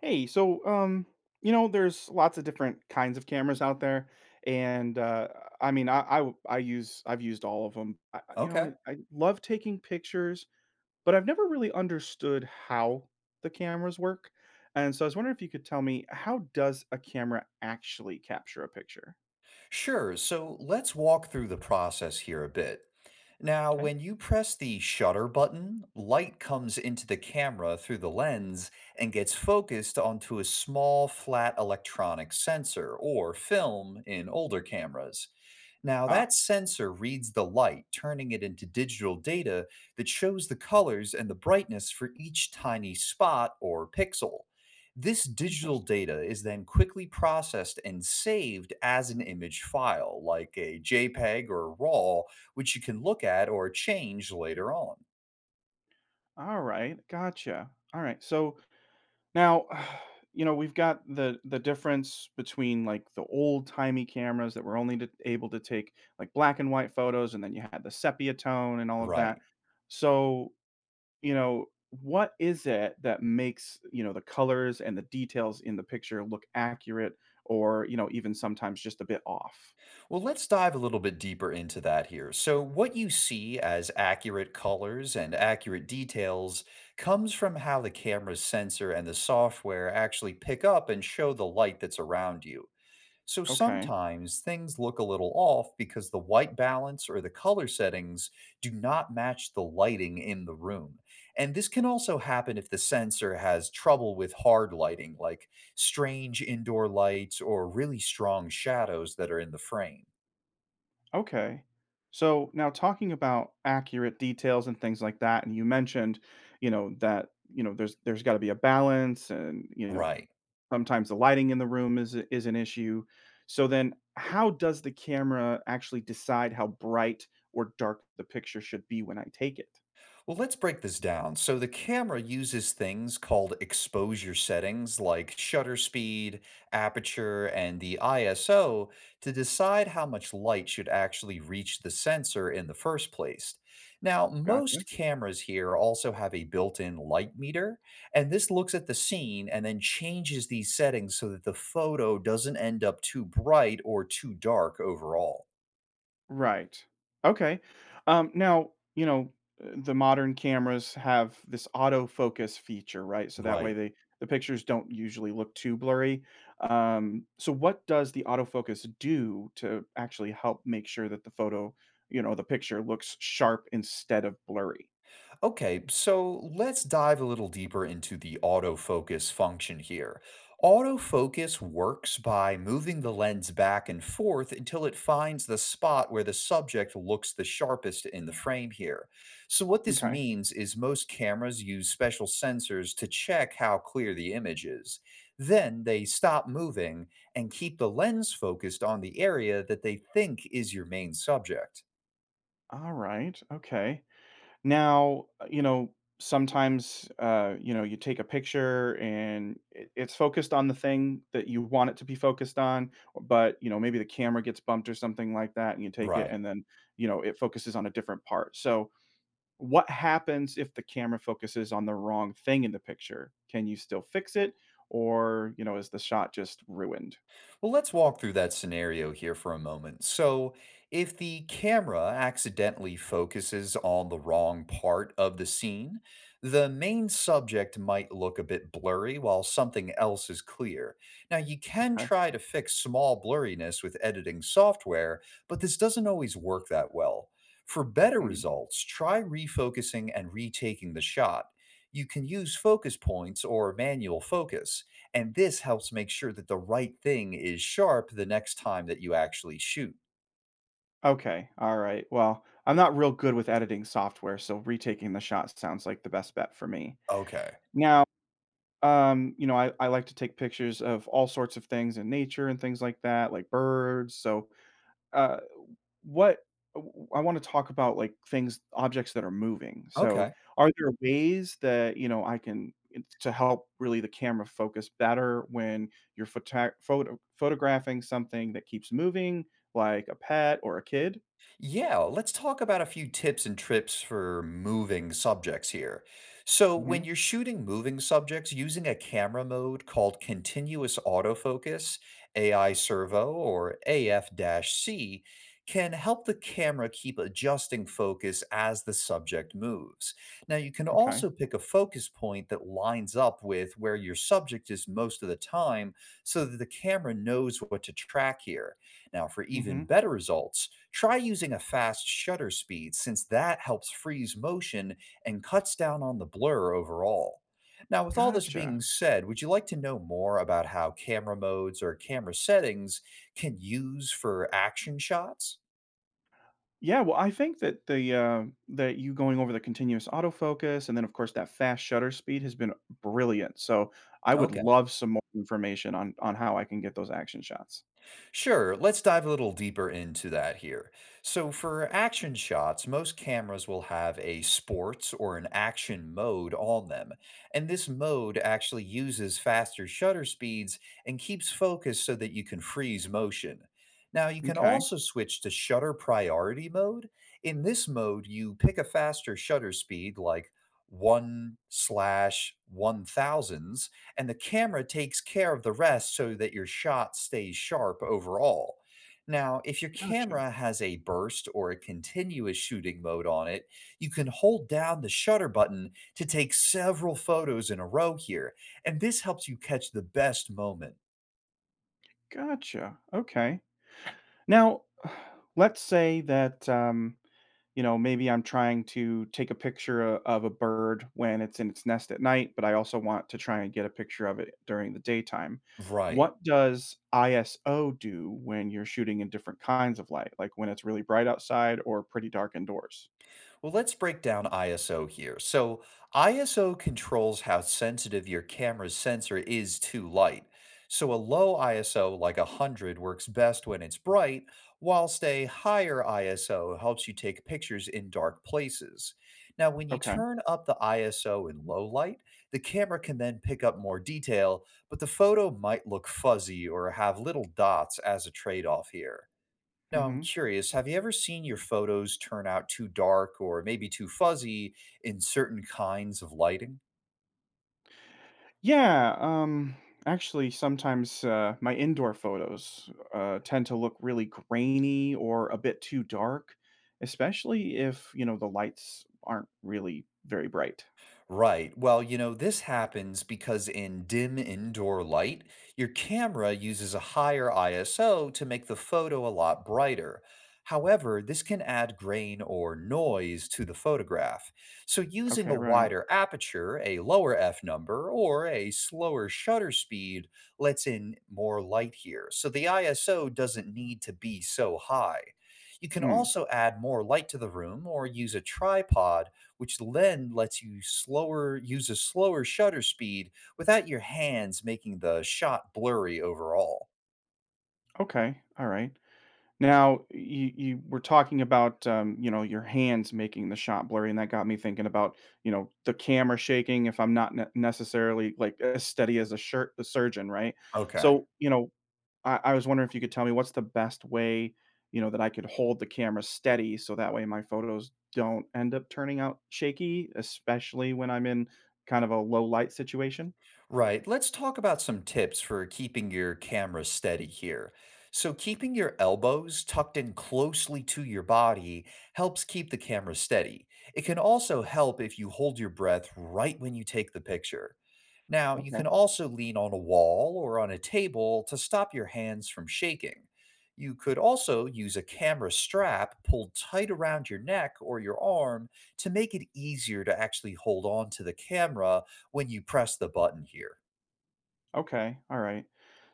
Hey, so there's lots of different kinds of cameras out there, and I w- I use I've used all of them. I, I- you know, Okay. I, I love taking pictures, but I've never really understood how the cameras work. And so I was wondering if you could tell me, how does a camera actually capture a picture? Sure. So let's walk through the process here a bit. Now, Okay. when you press the shutter button, light comes into the camera through the lens and gets focused onto a small flat electronic sensor or film in older cameras. Now, Ah, that sensor reads the light, turning it into digital data that shows the colors and the brightness for each tiny spot or pixel. This digital interesting. data is then quickly processed and saved as an image file, like a JPEG or a RAW, which you can look at or change later on. All right, gotcha. All right, so now, we've got the difference between, like, the old-timey cameras that were only to able to take, like, black and white photos, and then you had the sepia tone and all of that. Right. So, what is it that makes, the colors and the details in the picture look accurate or, even sometimes just a bit off? Well, let's dive a little bit deeper into that here. So, what you see as accurate colors and accurate details comes from how the camera's sensor and the software actually pick up and show the light that's around you. So Okay. sometimes things look a little off because the white balance or the color settings do not match the lighting in the room. And this can also happen if the sensor has trouble with hard lighting, like strange indoor lights or really strong shadows that are in the frame. Okay. So now, talking about accurate details and things like that, and you mentioned, that there's got to be a balance, and Right. sometimes the lighting in the room is an issue. So then, how does the camera actually decide how bright or dark the picture should be when I take it? Well, let's break this down. So the camera uses things called exposure settings like shutter speed, aperture, and the ISO to decide how much light should actually reach the sensor in the first place. Now, Gotcha. most cameras here also have a built in light meter, and this looks at the scene and then changes these settings so that the photo doesn't end up too bright or too dark overall. Right. Okay. Now, the modern cameras have this autofocus feature, right? So that way Right. they, the pictures don't usually look too blurry. So what does the autofocus do to actually help make sure that the photo, the picture looks sharp instead of blurry? Okay, so let's dive a little deeper into the autofocus function here. Autofocus works by moving the lens back and forth until it finds the spot where the subject looks the sharpest in the frame here. So, what this Okay. means is most cameras use special sensors to check how clear the image is. Then they stop moving and keep the lens focused on the area that they think is your main subject. All right. Okay. Now, sometimes you take a picture and it's focused on the thing that you want it to be focused on, but, maybe the camera gets bumped or something like that, and you take it, Right. and then, it focuses on a different part. So, what happens if the camera focuses on the wrong thing in the picture? Can you still fix it? Or, is the shot just ruined? Well, let's walk through that scenario here for a moment. So, if the camera accidentally focuses on the wrong part of the scene, the main subject might look a bit blurry while something else is clear. Now, you can Okay. try to fix small blurriness with editing software, but this doesn't always work that well. For better Mm. results, try refocusing and retaking the shot. You can use focus points or manual focus. And this helps make sure that the right thing is sharp the next time that you actually shoot. Okay. All right. Well, I'm not real good with editing software, so retaking the shot sounds like the best bet for me. Okay. Now, I like to take pictures of all sorts of things in nature and things like that, like birds. So, uh, what I want to talk about, like, things, objects that are moving. So, Okay. are there ways that I can to help really the camera focus better when you're photographing something that keeps moving, like a pet or a kid? Yeah, let's talk about a few tips and trips for moving subjects here. So, Hmm. when you're shooting moving subjects using a camera mode called continuous autofocus, AI servo, or AF- C, can help the camera keep adjusting focus as the subject moves. Now, you can Okay. also pick a focus point that lines up with where your subject is most of the time so that the camera knows what to track here. Now, for even Hmm. better results, try using a fast shutter speed since that helps freeze motion and cuts down on the blur overall. Now, with all this Gotcha. being said, would you like to know more about how camera modes or camera settings can use for action shots? Yeah, well, I think that you going over the continuous autofocus and then, of course, that fast shutter speed has been brilliant, so I would Okay. love some more information on how I can get those action shots. Sure, let's dive a little deeper into that here. So, for action shots, most cameras will have a sports or an action mode on them. And this mode actually uses faster shutter speeds and keeps focus so that you can freeze motion. Now, you can Okay, also switch to shutter priority mode. In this mode, you pick a faster shutter speed like one slash one thousandths, and the camera takes care of the rest so that your shot stays sharp overall. Now, if your gotcha, camera has a burst or a continuous shooting mode on it, you can hold down the shutter button to take several photos in a row here, and this helps you catch the best moment. gotcha, okay. Now, let's say that, maybe I'm trying to take a picture of a bird when it's in its nest at night, but I also want to try and get a picture of it during the daytime. Right. What does ISO do when you're shooting in different kinds of light, like when it's really bright outside or pretty dark indoors? Well, let's break down ISO here. So, ISO controls how sensitive your camera's sensor is to light. So, a low ISO, like 100, works best when it's bright, whilst a higher ISO helps you take pictures in dark places. Now, when you Okay. turn up the ISO in low light, the camera can then pick up more detail, but the photo might look fuzzy or have little dots as a trade off here. Now, I'm Hmm. curious, have you ever seen your photos turn out too dark or maybe too fuzzy in certain kinds of lighting? Yeah. Actually, sometimes my indoor photos tend to look really grainy or a bit too dark, especially if, the lights aren't really very bright. Right. Well, you know, this happens because in dim indoor light, your camera uses a higher ISO to make the photo a lot brighter. However, this can add grain or noise to the photograph. So, using Okay, a right. wider aperture, a lower f number, or a slower shutter speed lets in more light here. So, the ISO doesn't need to be so high. You can Mm, also add more light to the room or use a tripod which then lets you slower use a slower shutter speed without your hands making the shot blurry overall. okay, all right. Now, you were talking about, your hands making the shot blurry, and that got me thinking about, the camera shaking if I'm not ne necessarily, like, as steady as a surgeon, right? Okay. So, I was wondering if you could tell me, what's the best way, that I could hold the camera steady so that way my photos don't end up turning out shaky, especially when I'm in kind of a low light situation? Right. Let's talk about some tips for keeping your camera steady here. So, keeping your elbows tucked in closely to your body helps keep the camera steady. It can also help if you hold your breath right when you take the picture. Now, you can also lean on a wall or on a table to stop your hands from shaking. You could also use a camera strap pulled tight around your neck or your arm to make it easier to actually hold on to the camera when you press the button here. Okay, all right.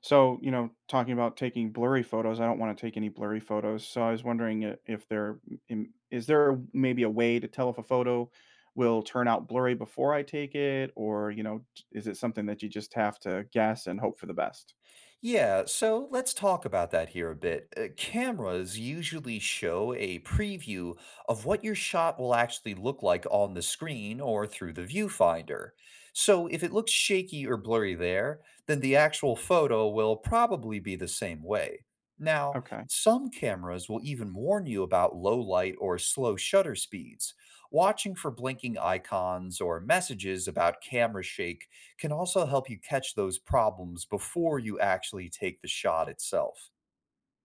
So, talking about taking blurry photos, I don't want to take any blurry photos. So I was wondering if there is there maybe a way to tell if a photo will turn out blurry before I take it, or is it something that you just have to guess and hope for the best? Yeah, so let's talk about that here a bit. Cameras usually show a preview of what your shot will actually look like on the screen or through the viewfinder. So if it looks shaky or blurry there, then the actual photo will probably be the same way. Now, Okay, some cameras will even warn you about low light or slow shutter speeds. Watching for blinking icons or messages about camera shake can also help you catch those problems before you actually take the shot itself.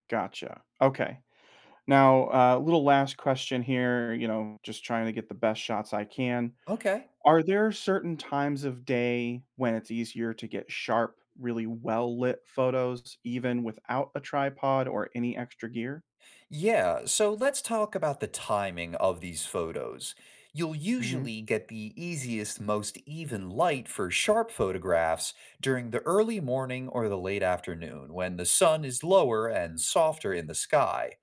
gotcha. Okay. Now, a little last question here. You know, just trying to get the best shots I can. Okay. Are there certain times of day when it's easier to get sharp, really well-lit photos even without a tripod or any extra gear? Yeah, so let's talk about the timing of these photos. You'll Mhm. usually get the easiest, most even light for sharp photographs during the early morning or the late afternoon when the sun is lower and softer in the sky.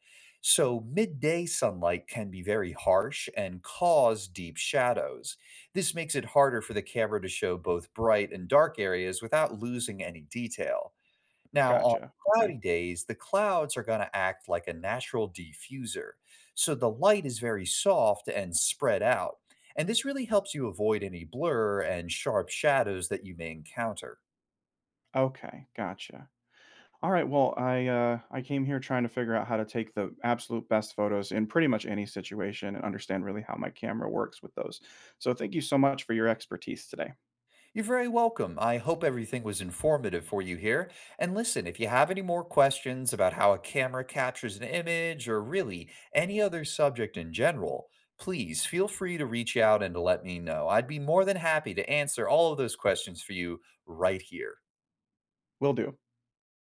So, midday sunlight can be very harsh and cause deep shadows. This makes it harder for the camera to show both bright and dark areas without losing any detail. Now, on Gotcha. cloudy days, the clouds are going to act like a natural diffuser. So the light is very soft and spread out. And this really helps you avoid any blur and sharp shadows that you may encounter. Okay, gotcha. Alright, well, I came here trying to figure out how to take the absolute best photos in pretty much any situation and understand really how my camera works with those. So thank you so much for your expertise today. You're very welcome. I hope everything was informative for you here. And listen, if you have any more questions about how a camera captures an image or really any other subject in general, please feel free to reach out and to let me know. I'd be more than happy to answer all of those questions for you right here. Will do.